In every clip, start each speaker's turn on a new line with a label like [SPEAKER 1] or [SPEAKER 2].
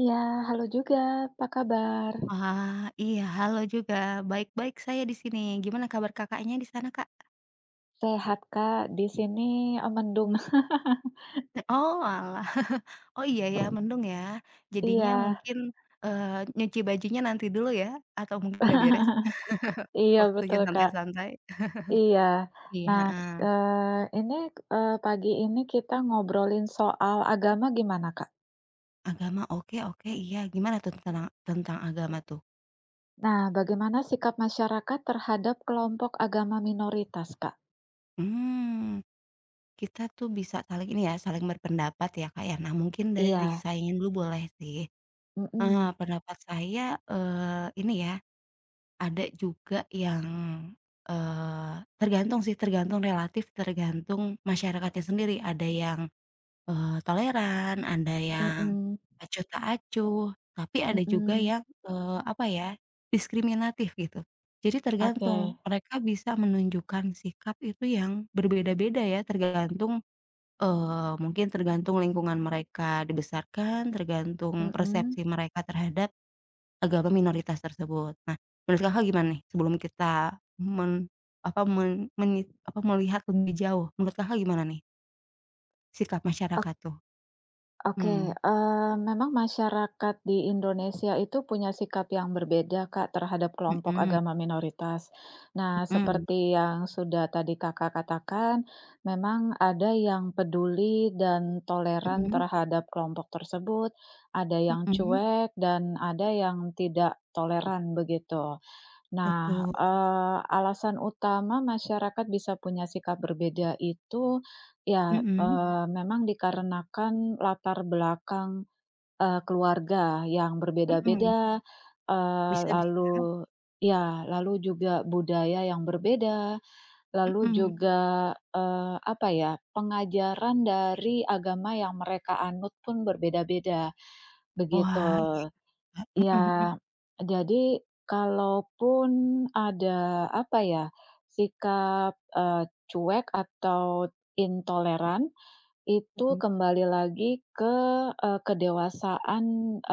[SPEAKER 1] Iya, halo juga, apa kabar?
[SPEAKER 2] Wah, iya halo juga, baik-baik saya di sini. Gimana kabar Kakaknya di sana, Kak?
[SPEAKER 1] Sehat, Kak, di sini, mendung.
[SPEAKER 2] Oh alah, oh iya ya mendung ya. Jadinya
[SPEAKER 1] Iya.
[SPEAKER 2] mungkin, nyuci bajunya nanti dulu ya atau mungkin udah beres,
[SPEAKER 1] Iya,
[SPEAKER 2] waktunya
[SPEAKER 1] betul, Kak.
[SPEAKER 2] santai-santai.
[SPEAKER 1] Iya.
[SPEAKER 2] Iya,
[SPEAKER 1] Nah,
[SPEAKER 2] heeh.
[SPEAKER 1] eee, ini, pagi ini kita ngobrolin soal agama gimana, Kak?
[SPEAKER 2] Agama oke oke iya, gimana tuh tentang tentang agama tuh?
[SPEAKER 1] Nah, bagaimana sikap masyarakat terhadap kelompok agama minoritas, Kak?
[SPEAKER 2] Hmm kita tuh bisa saling ini ya, saling berpendapat ya, Kak, ya. Nah mungkin dari
[SPEAKER 1] Iya,
[SPEAKER 2] sayanya dulu boleh sih. Eee,
[SPEAKER 1] mhm,
[SPEAKER 2] pendapat saya, ini ya, ada juga yang, eee, tergantung sih, tergantung relatif, tergantung masyarakatnya sendiri. Ada yang, toleran, ada yang
[SPEAKER 1] mhm,
[SPEAKER 2] acuh tak acuh, tapi ada juga
[SPEAKER 1] mhm,
[SPEAKER 2] yang, apa ya, diskriminatif gitu. Jadi
[SPEAKER 1] oke,
[SPEAKER 2] tergantung, mereka bisa menunjukkan sikap itu yang berbeda-beda ya, tergantung, mungkin tergantung lingkungan mereka dibesarkan, tergantung
[SPEAKER 1] mhm.
[SPEAKER 2] persepsi mereka terhadap agama minoritas tersebut. Nah, menurut Kakak gimana nih sebelum kita men apa, men menit apa, melihat lebih jauh, menurut Kakak gimana nih sikap masyarakat tuh?
[SPEAKER 1] Oke,
[SPEAKER 2] Mhm.
[SPEAKER 1] memang masyarakat di Indonesia itu punya sikap yang berbeda, Kak, terhadap kelompok
[SPEAKER 2] Mhm
[SPEAKER 1] agama minoritas. Nah,
[SPEAKER 2] mhm.
[SPEAKER 1] seperti yang sudah tadi Kakak katakan, memang ada yang peduli dan toleran
[SPEAKER 2] Mhm
[SPEAKER 1] terhadap kelompok tersebut, ada yang
[SPEAKER 2] mhm.
[SPEAKER 1] cuek dan ada yang tidak toleran begitu. Nah,
[SPEAKER 2] Betul.
[SPEAKER 1] alasan utama masyarakat bisa punya sikap berbeda itu ya,
[SPEAKER 2] Mhm
[SPEAKER 1] memang dikarenakan latar belakang, keluarga yang
[SPEAKER 2] mhm.
[SPEAKER 1] berbeda-beda, eee,
[SPEAKER 2] Bisa bisa.
[SPEAKER 1] lalu ya, lalu juga budaya yang berbeda, lalu
[SPEAKER 2] Mhm.
[SPEAKER 1] juga, apa ya, pengajaran dari agama yang mereka anut pun berbeda-beda, begitu.
[SPEAKER 2] Wah, iya. Mhm mhm
[SPEAKER 1] Ya, jadi kalaupun ada, apa ya, sikap, cuek atau intoleran, itu
[SPEAKER 2] mhm.
[SPEAKER 1] kembali lagi ke, kedewasaan,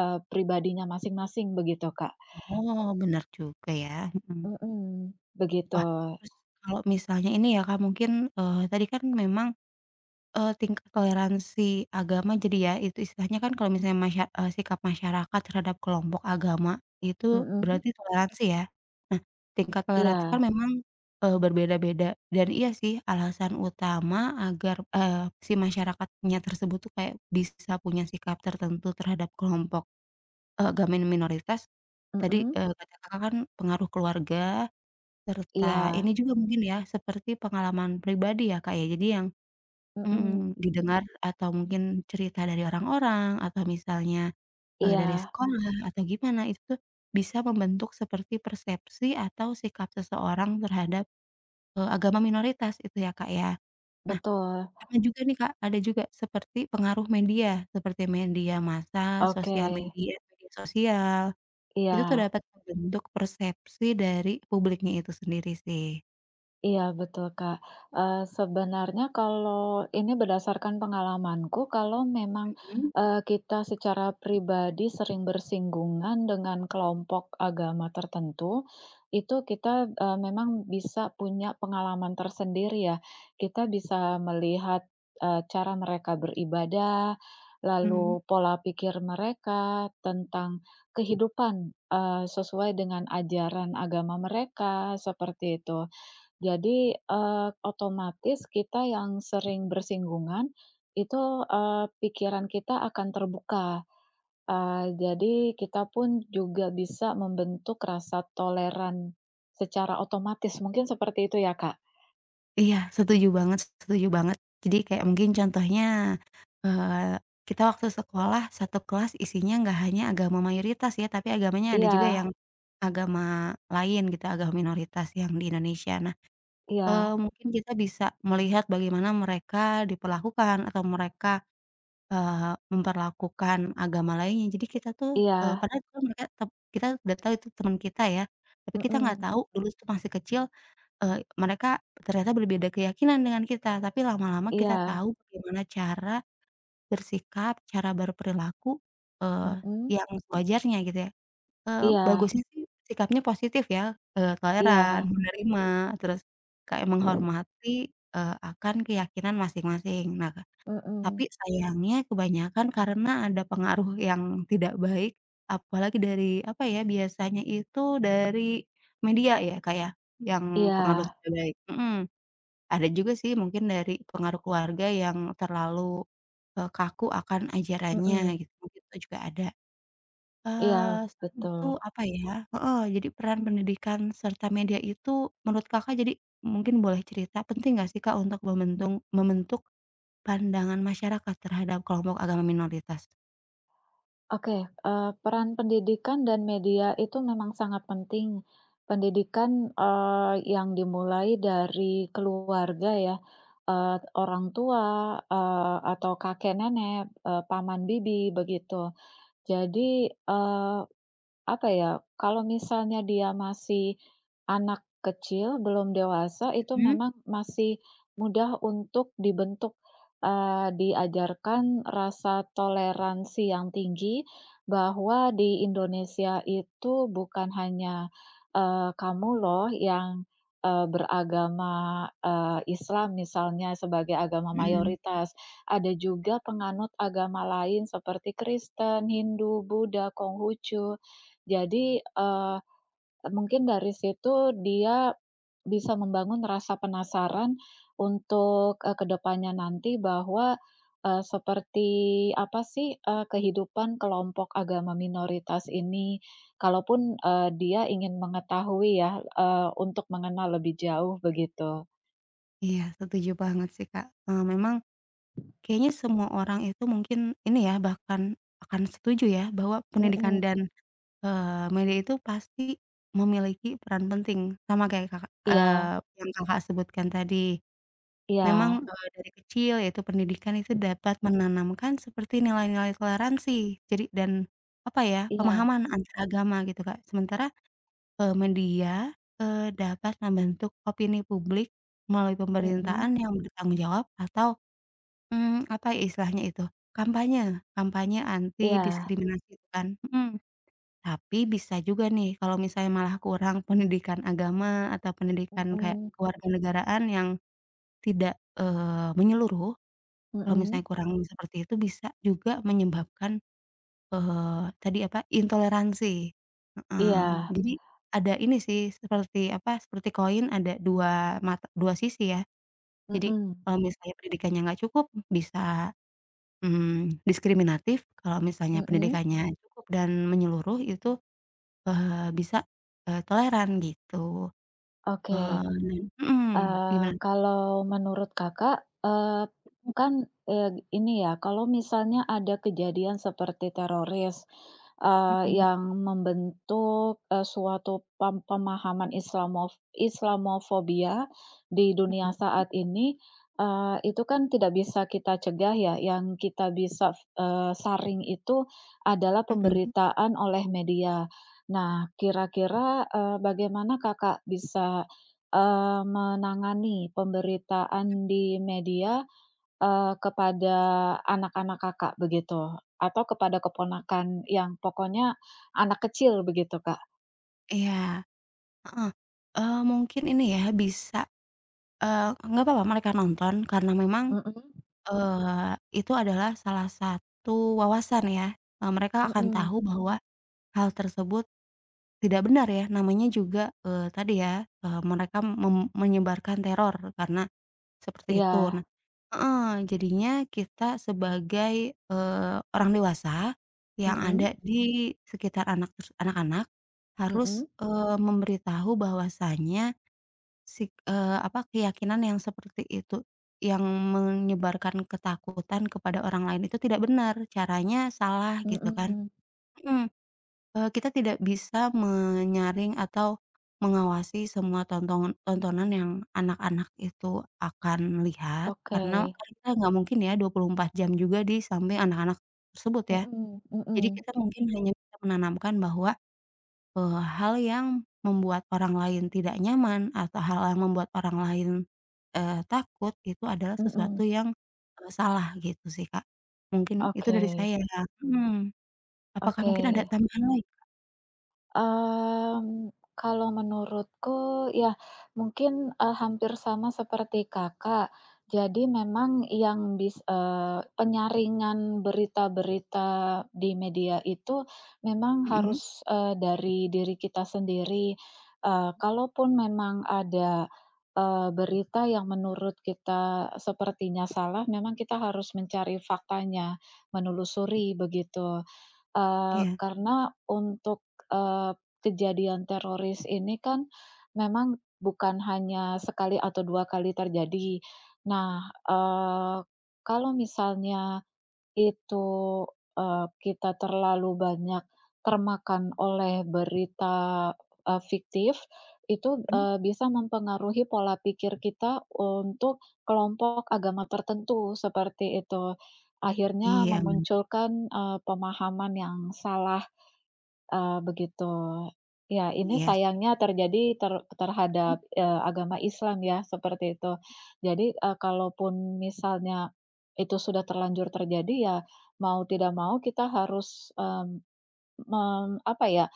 [SPEAKER 1] pribadinya masing-masing begitu, Kak.
[SPEAKER 2] Oh, bener juga ya. Mhm.
[SPEAKER 1] Mhm, begitu.
[SPEAKER 2] Wah, terus kalau misalnya ini ya Kak, mungkin, tadi kan memang tingkat toleransi agama jadi ya, itu istilahnya kan kalau misalnya sikap masyarakat terhadap kelompok agama itu
[SPEAKER 1] Mhm,
[SPEAKER 2] berarti toleransi ya? Nah, tingkat toleransi kan
[SPEAKER 1] iya,
[SPEAKER 2] memang, berbeda-beda dan iya sih alasan utama agar, si masyarakatnya tersebut tuh kayak bisa punya sikap tertentu terhadap kelompok, agama minoritas, tadi,
[SPEAKER 1] mhm,
[SPEAKER 2] kata Kakak kan pengaruh keluarga serta
[SPEAKER 1] iya,
[SPEAKER 2] ini juga mungkin ya seperti pengalaman pribadi ya, Kak, ya? Jadi yang,
[SPEAKER 1] mhm,
[SPEAKER 2] mhm, didengar atau mungkin cerita dari orang-orang atau misalnya, dari
[SPEAKER 1] iya,
[SPEAKER 2] sekolah atau gimana itu tuh bisa membentuk seperti persepsi atau sikap seseorang terhadap, agama minoritas itu ya, Kak, ya. Nah
[SPEAKER 1] betul,
[SPEAKER 2] sama juga nih, Kak, ada juga seperti pengaruh media seperti media massa,
[SPEAKER 1] oke,
[SPEAKER 2] sosial media, media sosial, itu tuh
[SPEAKER 1] iya.
[SPEAKER 2] dapat membentuk persepsi dari publiknya itu sendiri sih.
[SPEAKER 1] Iya betul, Kak. Sebenarnya kalau ini berdasarkan pengalamanku, kalau memang,
[SPEAKER 2] Mhm,
[SPEAKER 1] kita secara pribadi sering bersinggungan dengan kelompok agama tertentu, itu kita, memang bisa punya pengalaman tersendiri ya. Kita bisa melihat, cara mereka beribadah,
[SPEAKER 2] mmm.
[SPEAKER 1] lalu pola pikir mereka tentang kehidupan, sesuai dengan ajaran agama mereka, seperti itu. Jadi, otomatis kita yang sering bersinggungan itu, pikiran kita akan terbuka, jadi kita pun juga bisa membentuk rasa toleran secara otomatis, mungkin seperti itu ya, Kak?
[SPEAKER 2] Iya, setuju banget setuju banget. Jadi kayak mungkin contohnya, eee, kita waktu sekolah satu kelas isinya nggak hanya agama mayoritas ya, tapi agamanya ada juga
[SPEAKER 1] Iya,
[SPEAKER 2] yang agama lain gitu, agama minoritas yang di Indonesia. Nah,
[SPEAKER 1] iya,
[SPEAKER 2] mungkin kita bisa melihat bagaimana mereka diperlakukan atau mereka, memperlakukan agama lainnya. Jadi kita tuh,
[SPEAKER 1] iya,
[SPEAKER 2] padahal dulu mereka tep kita udah tahu itu teman kita ya, tapi kita nggak
[SPEAKER 1] mhm,
[SPEAKER 2] tahu dulu tuh masih kecil. Eee, mereka ternyata berbeda keyakinan dengan kita, tapi lama-lama kita
[SPEAKER 1] iya,
[SPEAKER 2] tahu bagaimana cara bersikap, cara berperilaku, eee,
[SPEAKER 1] mhm,
[SPEAKER 2] yang sewajarnya gitu ya. Eee,
[SPEAKER 1] iya,
[SPEAKER 2] bagusnya sih sikapnya positif ya, toleran,
[SPEAKER 1] iya,
[SPEAKER 2] menerima, terus kayak menghormati, akan keyakinan masing-masing. Nah tapi
[SPEAKER 1] mhm,
[SPEAKER 2] sayangnya kebanyakan karena ada pengaruh yang tidak baik, apalagi dari, apa ya, biasanya itu dari media ya, Kak, ya, yang pengaruh
[SPEAKER 1] iya,
[SPEAKER 2] tidak baik. Mhm. Ada juga sih mungkin dari pengaruh keluarga yang terlalu, kaku akan ajarannya
[SPEAKER 1] mhm,
[SPEAKER 2] gitu, mungkin itu juga ada.
[SPEAKER 1] iya,
[SPEAKER 2] Selain itu
[SPEAKER 1] betul.
[SPEAKER 2] apa ya heeh, jadi peran pendidikan serta media itu menurut Kakak jadi mungkin boleh cerita, penting nggak sih, Kak, untuk membentuk pandangan masyarakat terhadap kelompok agama minoritas.
[SPEAKER 1] Oke, peran pendidikan dan media itu memang sangat penting. Pendidikan, yang dimulai dari keluarga ya, eee, orang tua, atau kakek nenek, paman bibi begitu. Jadi, apa ya, kalau misalnya dia masih anak kecil, belum dewasa, itu
[SPEAKER 2] Mhm,
[SPEAKER 1] memang masih mudah untuk dibentuk, diajarkan rasa toleransi yang tinggi, bahwa di Indonesia itu bukan hanya, kamu loh yang, beragama, Islam misalnya sebagai agama
[SPEAKER 2] mhm.
[SPEAKER 1] mayoritas, ada juga penganut agama lain seperti Kristen, Hindu, Buddha, Konghucu. Jadi, mungkin dari situ dia bisa membangun rasa penasaran untuk, ke nanti bahwa, seperti apa sih, kehidupan kelompok agama minoritas ini. Kalaupun, dia ingin mengetahui ya, untuk mengenal lebih jauh begitu.
[SPEAKER 2] Iya, setuju banget sih, Kak. Memang kayaknya semua orang itu mungkin ini ya, bahkan akan setuju ya, bahwa pendidikan
[SPEAKER 1] Mhm.
[SPEAKER 2] dan, media itu pasti memiliki peran penting. Sama kayak Kakak,
[SPEAKER 1] Iya,
[SPEAKER 2] yang Kakak sebutkan tadi. Memang,
[SPEAKER 1] iya,
[SPEAKER 2] dari kecil yaitu pendidikan itu dapat menanamkan seperti nilai-nilai toleransi, jadi dan apa ya,
[SPEAKER 1] iya.
[SPEAKER 2] pemahaman antaragama gitu, Kak. Sementara media, dapat membentuk opini publik melalui
[SPEAKER 1] Mhm.
[SPEAKER 2] pemerintahan yang bertanggung jawab atau, apa ya istilahnya itu, kampanye kampanye anti
[SPEAKER 1] Iya.
[SPEAKER 2] diskriminasi itu kan. Mhm. Tapi bisa juga nih kalau misalnya malah kurang pendidikan agama atau pendidikan kayak
[SPEAKER 1] Mhm.
[SPEAKER 2] kewarganegaraan yang tidak, menyeluruh, kalau
[SPEAKER 1] Mhm.
[SPEAKER 2] misalnya kurang seperti itu bisa juga menyebabkan tadi apa, intoleransi, heeh.
[SPEAKER 1] Iya.
[SPEAKER 2] Jadi ada ini sih seperti apa, seperti koin ada 2 mata 2 sisi ya. Jadi
[SPEAKER 1] Mhm.
[SPEAKER 2] kalau misalnya pendidikannya nggak cukup bisa, mmm, diskriminatif, kalau misalnya
[SPEAKER 1] Mhm.
[SPEAKER 2] pendidikannya cukup dan menyeluruh itu, eee, bisa, toleran gitu.
[SPEAKER 1] Oke.
[SPEAKER 2] Dan mhm, gimana?
[SPEAKER 1] Kalau menurut Kakak, kan, ini ya, kalau misalnya ada kejadian seperti teroris,
[SPEAKER 2] Mhm
[SPEAKER 1] yang membentuk, suatu pemahaman Islamofobia di dunia
[SPEAKER 2] mhm
[SPEAKER 1] saat ini, itu kan tidak bisa kita cegah ya, yang kita bisa, saring itu adalah
[SPEAKER 2] mhm,
[SPEAKER 1] pemberitaan oleh media. Nah, kira-kira, bagaimana Kakak bisa menangani pemberitaan di media, kepada anak-anak Kakak begitu? Atau kepada keponakan yang pokoknya anak kecil begitu, Kak?
[SPEAKER 2] iya, heeh. Mungkin ini ya bisa, nggak apa-apa mereka nonton karena memang
[SPEAKER 1] Mhm,
[SPEAKER 2] Itu adalah salah satu wawasan ya, mereka akan
[SPEAKER 1] mhm,
[SPEAKER 2] tahu bahwa hal tersebut tidak benar ya, namanya juga, tadi ya, mereka menyebarkan teror karena seperti itu.
[SPEAKER 1] iya,
[SPEAKER 2] Nah heeh, jadinya kita sebagai, orang dewasa yang
[SPEAKER 1] mhm,
[SPEAKER 2] ada di sekitar anak-anak harus,
[SPEAKER 1] mhm,
[SPEAKER 2] memberitahu bahwasanya apa, keyakinan yang seperti itu, yang menyebarkan ketakutan kepada orang lain itu tidak benar, caranya salah gitu kan.
[SPEAKER 1] mhm,
[SPEAKER 2] Mhm, kita tidak bisa menyaring atau mengawasi semua tontonan yang anak-anak itu akan lihat,
[SPEAKER 1] oke,
[SPEAKER 2] karena kan kita nggak mungkin ya 24 jam juga di samping anak-anak tersebut ya.
[SPEAKER 1] mhm,
[SPEAKER 2] Jadi
[SPEAKER 1] mhm,
[SPEAKER 2] kita mungkin hanya bisa menanamkan bahwa hal yang membuat orang lain tidak nyaman atau hal yang membuat orang lain, takut itu adalah sesuatu
[SPEAKER 1] mhm,
[SPEAKER 2] yang, salah gitu sih, Kak. Mungkin itu
[SPEAKER 1] oke,
[SPEAKER 2] dari saya ya, mhm. Apakah
[SPEAKER 1] oke.
[SPEAKER 2] mungkin ada tambahan lagi?
[SPEAKER 1] Mmm, kalau menurutku ya mungkin, hampir sama seperti Kakak. Jadi memang yang penyaringan berita-berita di media itu memang
[SPEAKER 2] Mhm,
[SPEAKER 1] harus, dari diri kita sendiri. Kalaupun memang ada, berita yang menurut kita sepertinya salah, memang kita harus mencari faktanya, menelusuri begitu.
[SPEAKER 2] iya,
[SPEAKER 1] Karena untuk, kejadian teroris ini kan memang bukan hanya sekali atau 2 kali terjadi. Nah, kalau misalnya itu, kita terlalu banyak termakan oleh berita, fiktif, itu,
[SPEAKER 2] mhm,
[SPEAKER 1] bisa mempengaruhi pola pikir kita untuk kelompok agama tertentu, seperti itu. Akhirnya
[SPEAKER 2] iya benar,
[SPEAKER 1] memunculkan, pemahaman yang salah. Begitu. Ya, ini
[SPEAKER 2] iya,
[SPEAKER 1] sayangnya terjadi
[SPEAKER 2] mhm,
[SPEAKER 1] terhadap, agama Islam ya, seperti itu. Jadi, kalaupun misalnya itu sudah terlanjur terjadi, ya mau tidak mau kita harus, mmm, apa ya,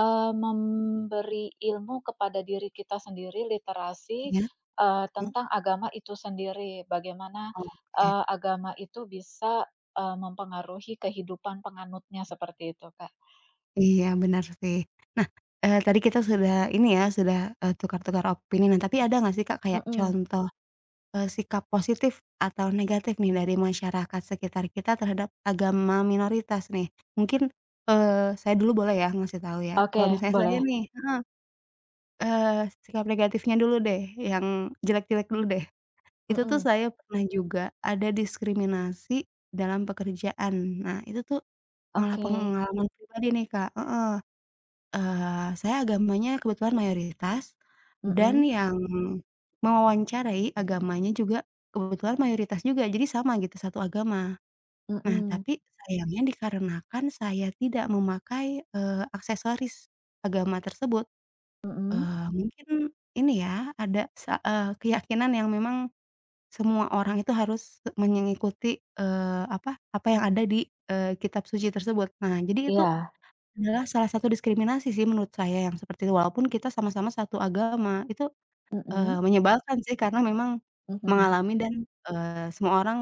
[SPEAKER 1] memberi ilmu kepada diri kita sendiri, literasi,
[SPEAKER 2] iya, mhm,
[SPEAKER 1] tentang agama itu sendiri. Bagaimana,
[SPEAKER 2] oke.
[SPEAKER 1] agama itu bisa, mempengaruhi kehidupan penganutnya, seperti itu, Kak.
[SPEAKER 2] Iya benar sih. Nah, tadi kita sudah ini ya, sudah, tukar-tukar opini, nah tapi ada nggak sih, Kak, kayak
[SPEAKER 1] Mhm.
[SPEAKER 2] contoh sikap positif atau negatif nih dari masyarakat sekitar kita terhadap agama minoritas nih. Mungkin, saya dulu boleh ya ngasih tahu ya? Kalau
[SPEAKER 1] Oke,
[SPEAKER 2] misalnya saya
[SPEAKER 1] boleh.
[SPEAKER 2] nih heeh, eee, sikap negatifnya dulu deh, yang jelek-jelek dulu deh. Itu tuh
[SPEAKER 1] Mhm,
[SPEAKER 2] saya pernah juga ada diskriminasi dalam pekerjaan. Nah, itu tuh malah
[SPEAKER 1] oke.
[SPEAKER 2] pengalaman pribadi nih, Kak. Saya agamanya kebetulan mayoritas, dan
[SPEAKER 1] Mhm,
[SPEAKER 2] yang mewawancarai agamanya juga kebetulan mayoritas juga, jadi sama gitu, satu agama. Nah,
[SPEAKER 1] mhm,
[SPEAKER 2] tapi sayangnya dikarenakan saya tidak memakai, aksesoris agama tersebut,
[SPEAKER 1] mhm,
[SPEAKER 2] mungkin ini ya, ada keyakinan yang memang semua orang itu harus mengikuti, apa apa yang ada di, kitab suci tersebut. Nah, jadi itu
[SPEAKER 1] iya,
[SPEAKER 2] adalah salah satu diskriminasi sih menurut saya yang seperti itu, walaupun kita sama-sama satu agama, itu,
[SPEAKER 1] mhm,
[SPEAKER 2] menyebalkan sih karena memang
[SPEAKER 1] mhm,
[SPEAKER 2] mengalami dan, semua orang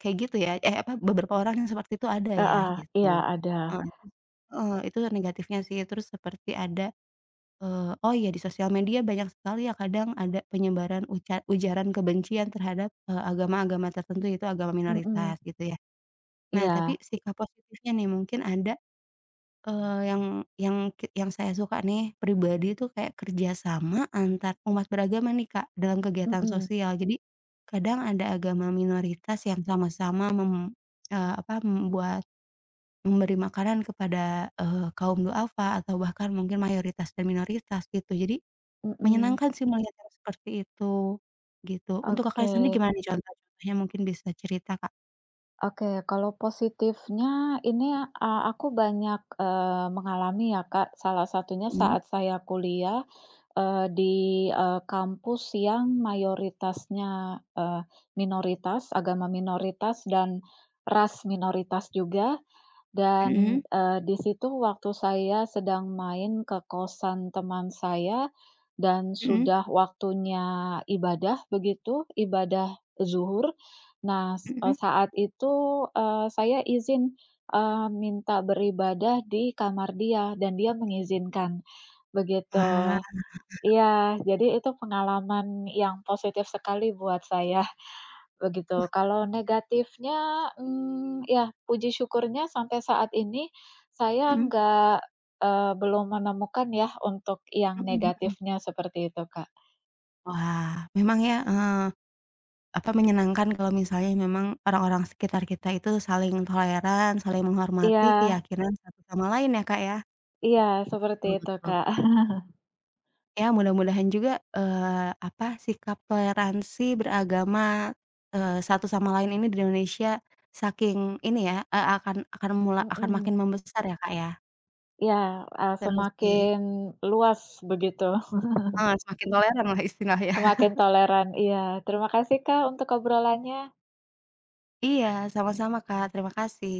[SPEAKER 2] kayak gitu ya, eh, apa, beberapa orang yang seperti itu ada ya
[SPEAKER 1] heeh, iya
[SPEAKER 2] gitu.
[SPEAKER 1] ada,
[SPEAKER 2] Heeh, itu negatifnya sih, terus seperti ada, oh iya di sosial media banyak sekali ya kadang ada penyebaran ujaran kebencian terhadap, agama-agama tertentu, itu agama
[SPEAKER 1] mhm,
[SPEAKER 2] minoritas gitu ya. Nah tapi
[SPEAKER 1] iya,
[SPEAKER 2] sikap positifnya nih mungkin ada Eee, yang yang saya suka nih pribadi itu kayak kerjasama antar umat beragama nih, Kak, dalam kegiatan
[SPEAKER 1] mhm,
[SPEAKER 2] sosial. Jadi kadang ada agama minoritas yang sama-sama apa, memberi makanan kepada, kaum du'afa atau bahkan mungkin mayoritas dan minoritas gitu. Jadi
[SPEAKER 1] mhm,
[SPEAKER 2] menyenangkan sih melihat yang seperti itu, gitu. Untuk Kakaknya
[SPEAKER 1] oke,
[SPEAKER 2] sendiri gimana nih contoh-contohnya mungkin bisa cerita, Kak?
[SPEAKER 1] oke. Kalau positifnya ini, aku banyak, mengalami ya, Kak, salah satunya
[SPEAKER 2] Mhm
[SPEAKER 1] saat saya kuliah, di, kampus yang mayoritasnya, minoritas, agama minoritas dan ras minoritas juga. Dan,
[SPEAKER 2] mhm
[SPEAKER 1] di situ waktu saya sedang main ke kosan teman saya dan
[SPEAKER 2] mhm
[SPEAKER 1] sudah waktunya ibadah begitu, ibadah zuhur. Nah,
[SPEAKER 2] mhm mhm.
[SPEAKER 1] saat itu, saya izin, minta beribadah di kamar dia dan dia mengizinkan, begitu.
[SPEAKER 2] Wah,
[SPEAKER 1] Iya, jadi itu pengalaman yang positif sekali buat saya. Begitu. Kalau negatifnya, mmm, ya puji syukurnya sampai saat ini saya
[SPEAKER 2] mhm
[SPEAKER 1] nggak, belum menemukan ya untuk yang
[SPEAKER 2] mhm mhm.
[SPEAKER 1] negatifnya seperti itu, Kak.
[SPEAKER 2] Wah, memang ya, apa, menyenangkan kalau misalnya memang orang-orang sekitar kita itu saling toleran, saling menghormati
[SPEAKER 1] Iya,
[SPEAKER 2] keyakinan satu sama lain ya, Kak, ya?
[SPEAKER 1] iya, seperti
[SPEAKER 2] Betul
[SPEAKER 1] itu,
[SPEAKER 2] betul.
[SPEAKER 1] Kak.
[SPEAKER 2] Ya, mudah-mudahan juga, apa, sikap toleransi beragama, satu sama lain ini di Indonesia saking ini ya, akan
[SPEAKER 1] Mhm.
[SPEAKER 2] makin membesar ya, Kak, ya?
[SPEAKER 1] Iya,
[SPEAKER 2] Seru
[SPEAKER 1] semakin
[SPEAKER 2] sih.
[SPEAKER 1] luas begitu,
[SPEAKER 2] Heeh, semakin toleran lah istilahnya.
[SPEAKER 1] semakin toleran. Iya, terima kasih, Kak, untuk obrolannya.
[SPEAKER 2] Iya, sama-sama, Kak, terima kasih.